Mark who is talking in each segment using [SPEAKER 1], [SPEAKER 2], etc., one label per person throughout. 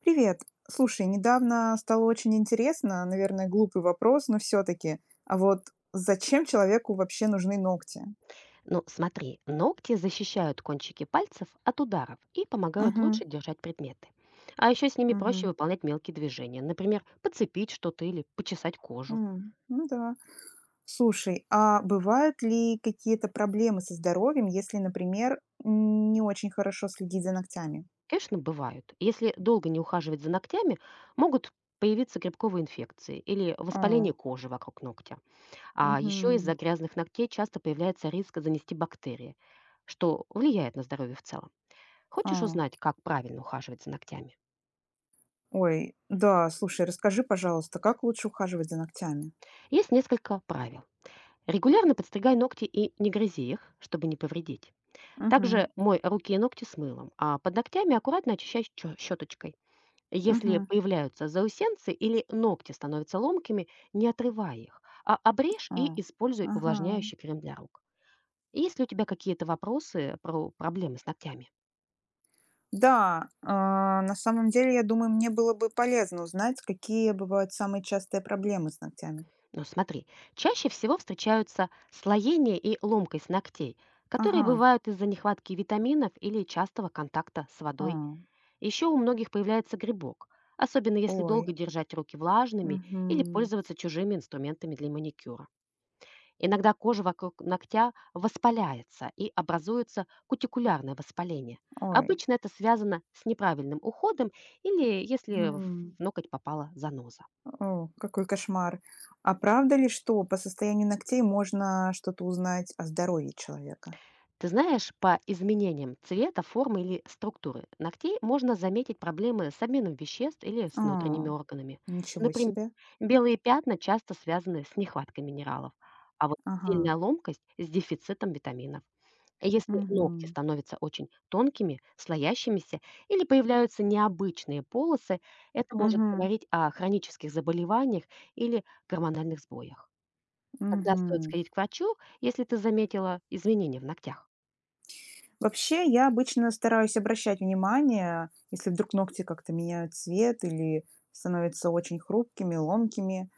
[SPEAKER 1] Привет. Слушай, недавно стало очень интересно, наверное, глупый вопрос, но все-таки. А вот зачем человеку вообще нужны ногти?
[SPEAKER 2] Ну, смотри, ногти защищают кончики пальцев от ударов и помогают
[SPEAKER 1] Угу,
[SPEAKER 2] лучше держать предметы. А еще с ними
[SPEAKER 1] угу,
[SPEAKER 2] проще выполнять мелкие движения, например, подцепить что-то или почесать кожу.
[SPEAKER 1] ну да. Слушай, а бывают ли какие-то проблемы со здоровьем, если, например, не очень хорошо следить за ногтями?
[SPEAKER 2] Конечно, бывают. Если долго не ухаживать за ногтями, могут появиться грибковые инфекции или
[SPEAKER 1] А,
[SPEAKER 2] воспаление кожи вокруг ногтя. А еще из-за
[SPEAKER 1] мгм,
[SPEAKER 2] грязных ногтей часто появляется риск занести бактерии, что влияет на здоровье в целом. Хочешь
[SPEAKER 1] а.
[SPEAKER 2] узнать, как правильно ухаживать за ногтями?
[SPEAKER 1] Ой, да, слушай, расскажи, пожалуйста, как лучше ухаживать за ногтями?
[SPEAKER 2] Есть несколько правил. Регулярно подстригай ногти и не грызи их, чтобы не повредить.
[SPEAKER 1] Угу,
[SPEAKER 2] Также мой руки и ногти с мылом, а под ногтями аккуратно очищай щеточкой. Если
[SPEAKER 1] угу,
[SPEAKER 2] появляются заусенцы или ногти становятся ломкими, не отрывай их, а обрежь
[SPEAKER 1] а,
[SPEAKER 2] и используй
[SPEAKER 1] ага.
[SPEAKER 2] увлажняющий крем для рук. Есть ли у тебя какие-то вопросы про проблемы с ногтями?
[SPEAKER 1] Да, а, на самом деле, я думаю, мне было бы полезно узнать, какие бывают самые частые проблемы с ногтями.
[SPEAKER 2] Ну смотри, чаще всего встречаются слоение и ломкость ногтей, которые
[SPEAKER 1] Ага,
[SPEAKER 2] бывают из-за нехватки витаминов или частого контакта с водой.
[SPEAKER 1] а,
[SPEAKER 2] Еще у многих появляется грибок, особенно если
[SPEAKER 1] ой,
[SPEAKER 2] долго держать руки влажными или
[SPEAKER 1] мгм,
[SPEAKER 2] пользоваться чужими инструментами для маникюра. Иногда кожа вокруг ногтя воспаляется и образуется кутикулярное воспаление.
[SPEAKER 1] ой,
[SPEAKER 2] Обычно это связано с неправильным уходом или если в
[SPEAKER 1] м,
[SPEAKER 2] ноготь попала заноза.
[SPEAKER 1] о, какой кошмар. А правда ли, что по состоянию ногтей можно что-то узнать о здоровье человека?
[SPEAKER 2] Ты знаешь, по изменениям цвета, формы или структуры ногтей можно заметить проблемы с обменом веществ или с внутренними
[SPEAKER 1] А,
[SPEAKER 2] органами.
[SPEAKER 1] ничего
[SPEAKER 2] Например,
[SPEAKER 1] себе.
[SPEAKER 2] белые пятна часто связаны с нехваткой минералов, а вот
[SPEAKER 1] Ага,
[SPEAKER 2] сильная ломкость с дефицитом витаминов. Если ногти
[SPEAKER 1] угу,
[SPEAKER 2] становятся очень тонкими, слоящимися или появляются необычные полосы, это может
[SPEAKER 1] угу,
[SPEAKER 2] говорить о хронических заболеваниях или гормональных сбоях. Тогда стоит
[SPEAKER 1] угу.
[SPEAKER 2] сходить к врачу, если ты заметила изменения в ногтях.
[SPEAKER 1] Вообще, я обычно стараюсь обращать внимание, если вдруг ногти как-то меняют цвет или становятся очень хрупкими, ломкими.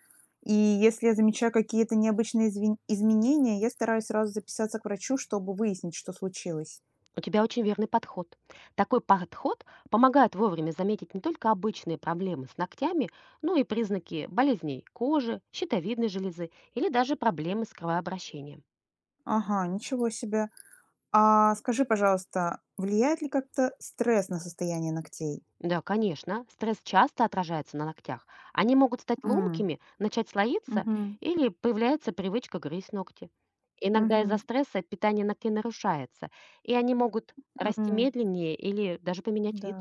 [SPEAKER 1] И если я замечаю какие-то необычные изменения, я стараюсь сразу записаться к врачу, чтобы выяснить, что случилось.
[SPEAKER 2] У тебя очень верный подход. Такой подход помогает вовремя заметить не только обычные проблемы с ногтями, но и признаки болезней кожи, щитовидной железы или даже проблемы с кровообращением.
[SPEAKER 1] Ага, ничего себе. А скажи, пожалуйста, влияет ли как-то стресс на состояние ногтей?
[SPEAKER 2] Да, конечно, стресс часто отражается на ногтях. Они могут стать
[SPEAKER 1] М,
[SPEAKER 2] ломкими, начать слоиться
[SPEAKER 1] мгм,
[SPEAKER 2] или появляется привычка грызть ногти. Иногда из-за
[SPEAKER 1] мгм,
[SPEAKER 2] стресса питание ногтей нарушается, и они могут расти
[SPEAKER 1] м,
[SPEAKER 2] медленнее или даже поменять
[SPEAKER 1] да.
[SPEAKER 2] вид.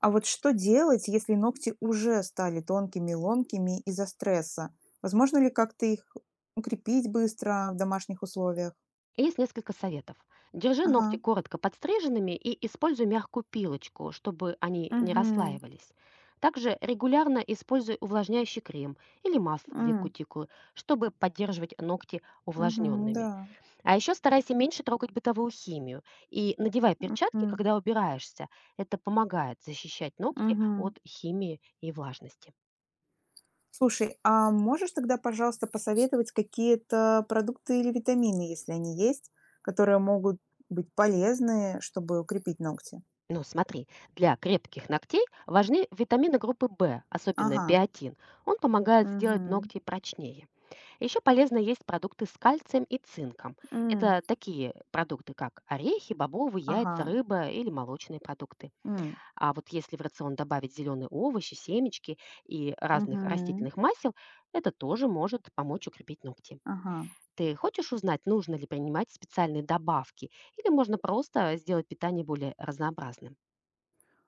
[SPEAKER 1] А вот что делать, если ногти уже стали тонкими и ломкими из-за стресса? Возможно ли как-то их укрепить быстро в домашних условиях?
[SPEAKER 2] Есть несколько советов. Держи ногти
[SPEAKER 1] Ага,
[SPEAKER 2] коротко подстриженными и используй мягкую пилочку, чтобы они не
[SPEAKER 1] угу,
[SPEAKER 2] расслаивались. Также регулярно используй увлажняющий крем или масло для
[SPEAKER 1] м.
[SPEAKER 2] кутикулы, чтобы поддерживать ногти
[SPEAKER 1] Мгм.
[SPEAKER 2] увлажненными.
[SPEAKER 1] Да.
[SPEAKER 2] А еще старайся меньше трогать бытовую химию и надевай перчатки,
[SPEAKER 1] Мгм.
[SPEAKER 2] когда убираешься. Это помогает защищать ногти
[SPEAKER 1] Мгм.
[SPEAKER 2] от химии и влажности.
[SPEAKER 1] Слушай, а можешь тогда, пожалуйста, посоветовать какие-то продукты или витамины, если они есть, которые могут быть полезны, чтобы укрепить ногти?
[SPEAKER 2] Ну, смотри, для крепких ногтей важны витамины группы В, особенно
[SPEAKER 1] Ага,
[SPEAKER 2] биотин. Он помогает сделать
[SPEAKER 1] угу,
[SPEAKER 2] ногти прочнее. Еще полезно есть продукты с кальцием и цинком.
[SPEAKER 1] м.
[SPEAKER 2] Это такие продукты, как орехи, бобовые, яйца,
[SPEAKER 1] Ага.
[SPEAKER 2] рыба или молочные продукты.
[SPEAKER 1] М.
[SPEAKER 2] А вот если в рацион добавить зеленые овощи, семечки и разных
[SPEAKER 1] Мгм.
[SPEAKER 2] растительных масел, это тоже может помочь укрепить ногти.
[SPEAKER 1] Ага.
[SPEAKER 2] Ты хочешь узнать, нужно ли принимать специальные добавки, или можно просто сделать питание более разнообразным?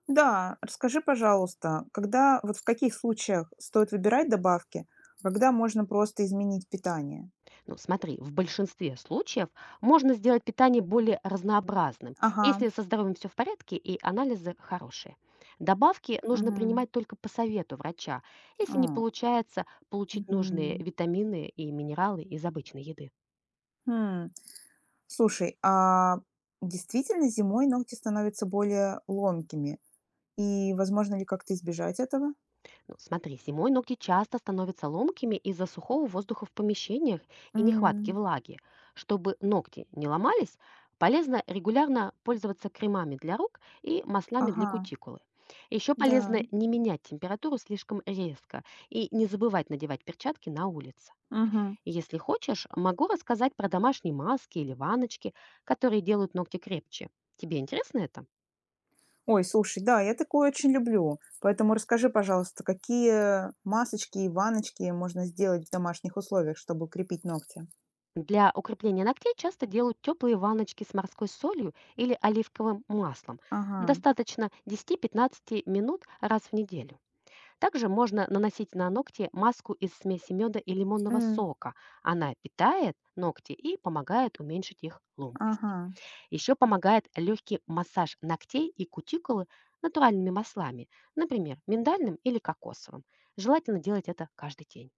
[SPEAKER 1] Да, расскажи, пожалуйста, когда, вот в каких случаях стоит выбирать добавки, когда можно просто изменить питание?
[SPEAKER 2] Ну, смотри, в большинстве случаев можно сделать питание более разнообразным,
[SPEAKER 1] Ага,
[SPEAKER 2] если со здоровьем все в порядке и анализы хорошие. Добавки нужно
[SPEAKER 1] мгм.
[SPEAKER 2] принимать только по совету врача, если не
[SPEAKER 1] А,
[SPEAKER 2] получается получить нужные
[SPEAKER 1] мгм.
[SPEAKER 2] витамины и минералы из обычной еды.
[SPEAKER 1] Хм. Слушай, а действительно зимой ногти становятся более ломкими? И возможно ли как-то избежать этого?
[SPEAKER 2] Ну, смотри, зимой ноги часто становятся ломкими из-за сухого воздуха в помещениях и нехватки
[SPEAKER 1] М,
[SPEAKER 2] влаги. Чтобы ногти не ломались, полезно регулярно пользоваться кремами для рук и маслами для
[SPEAKER 1] ага,
[SPEAKER 2] кутикулы. Еще
[SPEAKER 1] да.
[SPEAKER 2] полезно не менять температуру слишком резко и не забывать надевать перчатки на улице.
[SPEAKER 1] Мгм.
[SPEAKER 2] Если хочешь, могу рассказать про домашние маски или ваночки, которые делают ногти крепче. Тебе интересно это?
[SPEAKER 1] Ой, слушай, да, я такое очень люблю. Поэтому расскажи, пожалуйста, какие масочки и ванночки можно сделать в домашних условиях, чтобы укрепить ногти?
[SPEAKER 2] Для укрепления ногтей часто делают теплые ванночки с морской солью или оливковым маслом.
[SPEAKER 1] Ага,
[SPEAKER 2] Достаточно 10-15 минут раз в неделю. Также можно наносить на ногти маску из смеси меда и лимонного
[SPEAKER 1] м,
[SPEAKER 2] сока. Она питает ногти и помогает уменьшить их ломкость.
[SPEAKER 1] ага,
[SPEAKER 2] Еще помогает легкий массаж ногтей и кутикулы натуральными маслами, например, миндальным или кокосовым. Желательно делать это каждый день.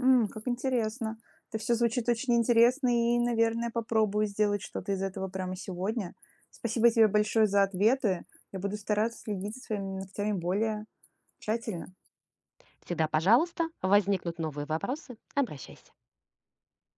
[SPEAKER 1] м, как интересно. Это все звучит очень интересно и, наверное, попробую сделать что-то из этого прямо сегодня. Спасибо тебе большое за ответы. Я буду стараться следить за своими ногтями более тщательно.
[SPEAKER 2] Всегда, пожалуйста, возникнут новые вопросы, обращайся.